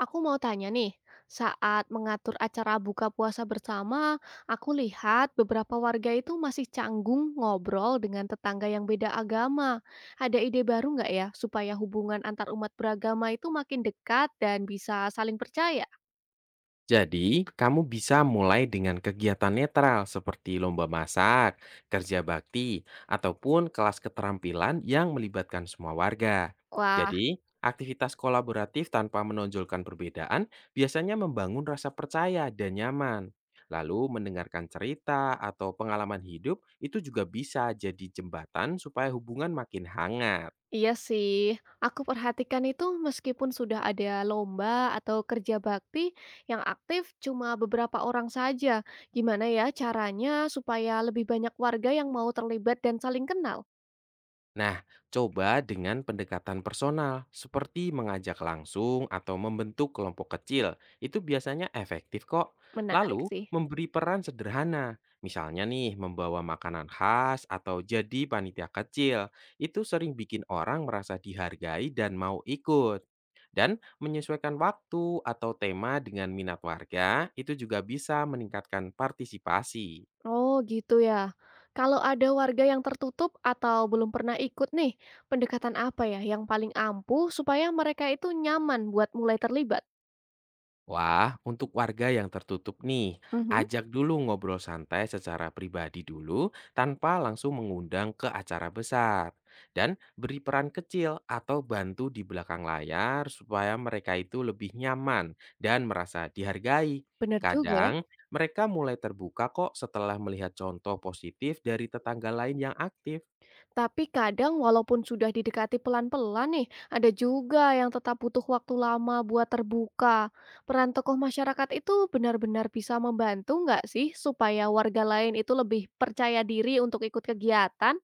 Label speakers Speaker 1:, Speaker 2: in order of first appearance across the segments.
Speaker 1: Aku mau tanya nih, saat mengatur acara buka puasa bersama, aku lihat beberapa warga itu masih canggung ngobrol dengan tetangga yang beda agama. Ada ide baru nggak ya supaya hubungan antar umat beragama itu makin dekat dan bisa saling percaya?
Speaker 2: Jadi, kamu bisa mulai dengan kegiatan netral seperti lomba masak, kerja bakti, ataupun kelas keterampilan yang melibatkan semua warga.
Speaker 1: Wah,
Speaker 2: Jadi, aktivitas kolaboratif tanpa menonjolkan perbedaan biasanya membangun rasa percaya dan nyaman. Lalu, mendengarkan cerita atau pengalaman hidup itu juga bisa jadi jembatan supaya hubungan makin hangat.
Speaker 1: iya sih. Aku perhatikan itu meskipun sudah ada lomba atau kerja bakti yang aktif cuma beberapa orang saja. Gimana ya caranya supaya lebih banyak warga yang mau terlibat dan saling kenal?
Speaker 2: Nah, coba dengan pendekatan personal seperti mengajak langsung atau membentuk kelompok kecil. Itu biasanya efektif kok.
Speaker 1: Menarik
Speaker 2: Lalu,
Speaker 1: sih.
Speaker 2: memberi peran sederhana. Misalnya nih, membawa makanan khas atau jadi panitia kecil. Itu sering bikin orang merasa dihargai dan mau ikut. Dan menyesuaikan waktu atau tema dengan minat warga itu juga bisa meningkatkan partisipasi.
Speaker 1: Oh, gitu ya. Kalau ada warga yang tertutup atau belum pernah ikut nih, pendekatan apa ya yang paling ampuh supaya mereka itu nyaman buat mulai terlibat?
Speaker 2: Wah, untuk warga yang tertutup nih,
Speaker 1: Mhm.
Speaker 2: ajak dulu ngobrol santai secara pribadi dulu tanpa langsung mengundang ke acara besar. Dan beri peran kecil atau bantu di belakang layar supaya mereka itu lebih nyaman dan merasa dihargai.
Speaker 1: Bener juga ya.
Speaker 2: Kadang mereka mulai terbuka kok setelah melihat contoh positif dari tetangga lain yang aktif.
Speaker 1: Tapi kadang walaupun sudah didekati pelan-pelan nih, ada juga yang tetap butuh waktu lama buat terbuka. Peran tokoh masyarakat itu benar-benar bisa membantu nggak sih supaya warga lain itu lebih percaya diri untuk ikut kegiatan?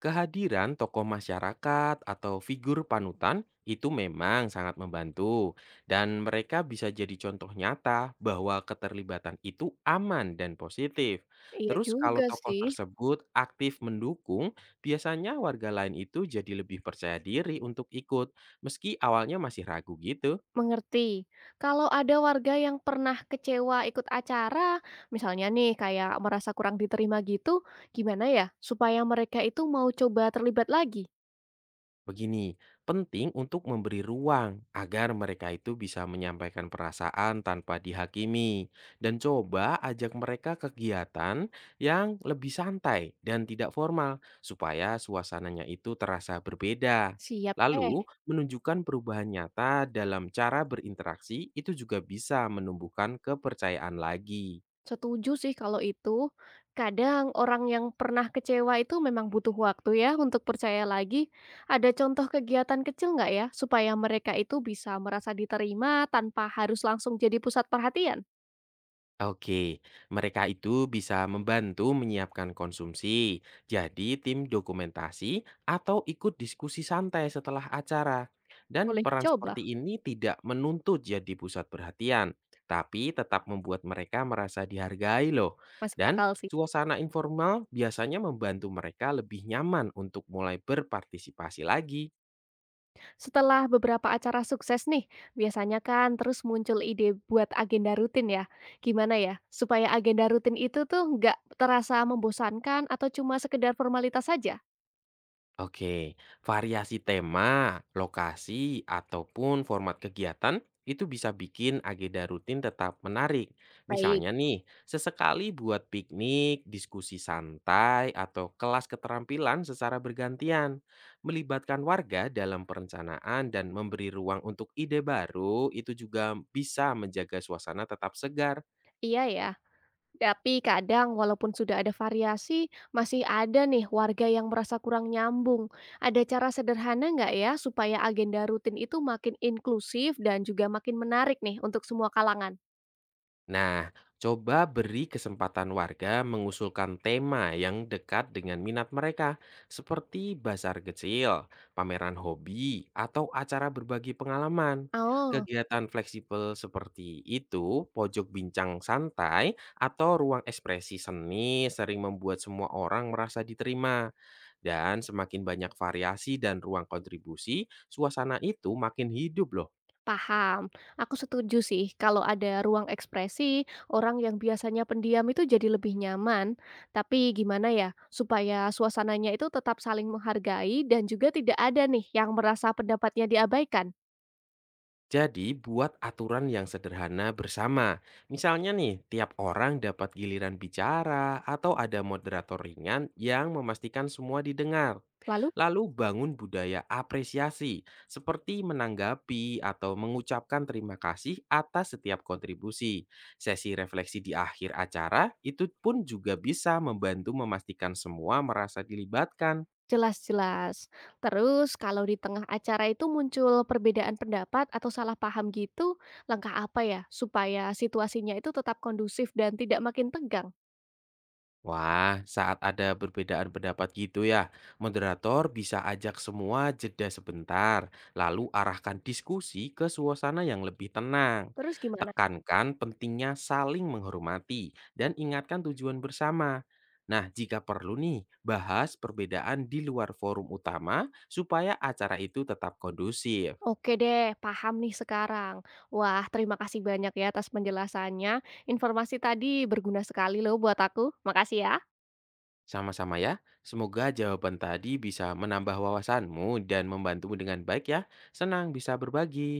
Speaker 2: Kehadiran tokoh masyarakat atau figur panutan itu memang sangat membantu, dan mereka bisa jadi contoh nyata bahwa keterlibatan itu aman dan positif.
Speaker 1: Iya
Speaker 2: Terus,
Speaker 1: juga
Speaker 2: kalau tokoh
Speaker 1: sih.
Speaker 2: tersebut aktif mendukung, biasanya warga lain itu jadi lebih percaya diri untuk ikut, meski awalnya masih ragu gitu.
Speaker 1: Mengerti. Kalau ada warga yang pernah kecewa ikut acara, misalnya nih kayak merasa kurang diterima gitu, gimana ya supaya mereka itu mau coba terlibat lagi?
Speaker 2: Begini, penting untuk memberi ruang agar mereka itu bisa menyampaikan perasaan tanpa dihakimi dan coba ajak mereka kegiatan yang lebih santai dan tidak formal supaya suasananya itu terasa berbeda.
Speaker 1: Siap deh.
Speaker 2: Lalu, menunjukkan perubahan nyata dalam cara berinteraksi itu juga bisa menumbuhkan kepercayaan lagi.
Speaker 1: Setuju sih kalau itu. Kadang orang yang pernah kecewa itu memang butuh waktu ya untuk percaya lagi. Ada contoh kegiatan kecil nggak ya supaya mereka itu bisa merasa diterima tanpa harus langsung jadi pusat perhatian?
Speaker 2: Oke, mereka itu bisa membantu menyiapkan konsumsi, jadi tim dokumentasi atau ikut diskusi santai setelah acara. Dan
Speaker 1: Boleh
Speaker 2: peran
Speaker 1: coba.
Speaker 2: seperti ini tidak menuntut jadi pusat perhatian, tapi tetap membuat mereka merasa dihargai loh.
Speaker 1: Masih
Speaker 2: Dan
Speaker 1: akal sih.
Speaker 2: suasana informal biasanya membantu mereka lebih nyaman untuk mulai berpartisipasi lagi.
Speaker 1: Setelah beberapa acara sukses nih, biasanya kan terus muncul ide buat agenda rutin ya. Gimana ya, supaya agenda rutin itu tuh nggak terasa membosankan atau cuma sekedar formalitas saja?
Speaker 2: Oke, variasi tema, lokasi, ataupun format kegiatan itu bisa bikin agenda rutin tetap menarik.
Speaker 1: Baik.
Speaker 2: Misalnya nih, sesekali buat piknik, diskusi santai, atau kelas keterampilan secara bergantian. Melibatkan warga dalam perencanaan dan memberi ruang untuk ide baru itu juga bisa menjaga suasana tetap segar.
Speaker 1: Iya ya, tapi kadang walaupun sudah ada variasi, masih ada nih warga yang merasa kurang nyambung. Ada cara sederhana nggak ya supaya agenda rutin itu makin inklusif dan juga makin menarik nih untuk semua kalangan?
Speaker 2: Nah, coba beri kesempatan warga mengusulkan tema yang dekat dengan minat mereka, seperti bazar kecil, pameran hobi, atau acara berbagi pengalaman.
Speaker 1: Oh.
Speaker 2: Kegiatan fleksibel seperti itu, pojok bincang santai, atau ruang ekspresi seni sering membuat semua orang merasa diterima. Dan semakin banyak variasi dan ruang kontribusi, suasana itu makin hidup loh.
Speaker 1: Paham. Aku setuju sih kalau ada ruang ekspresi, orang yang biasanya pendiam itu jadi lebih nyaman. Tapi gimana ya, supaya suasananya itu tetap saling menghargai dan juga tidak ada nih yang merasa pendapatnya diabaikan.
Speaker 2: Jadi, buat aturan yang sederhana bersama. Misalnya nih, tiap orang dapat giliran bicara atau ada moderator ringan yang memastikan semua didengar.
Speaker 1: Lalu
Speaker 2: Lalu bangun budaya apresiasi, seperti menanggapi atau mengucapkan terima kasih atas setiap kontribusi. Sesi refleksi di akhir acara itu pun juga bisa membantu memastikan semua merasa dilibatkan.
Speaker 1: jelas-jelas. Terus kalau di tengah acara itu muncul perbedaan pendapat atau salah paham gitu, langkah apa ya supaya situasinya itu tetap kondusif dan tidak makin tegang?
Speaker 2: Wah, saat ada perbedaan pendapat gitu ya, moderator bisa ajak semua jeda sebentar, lalu arahkan diskusi ke suasana yang lebih tenang.
Speaker 1: Terus gimana?
Speaker 2: Tekankan pentingnya saling menghormati dan ingatkan tujuan bersama. Nah, jika perlu nih, bahas perbedaan di luar forum utama supaya acara itu tetap kondusif.
Speaker 1: Oke deh, paham nih sekarang. Wah, terima kasih banyak ya atas penjelasannya. Informasi tadi berguna sekali loh buat aku. Makasih ya.
Speaker 2: Sama-sama ya, semoga jawaban tadi bisa menambah wawasanmu dan membantumu dengan baik ya. Senang bisa berbagi.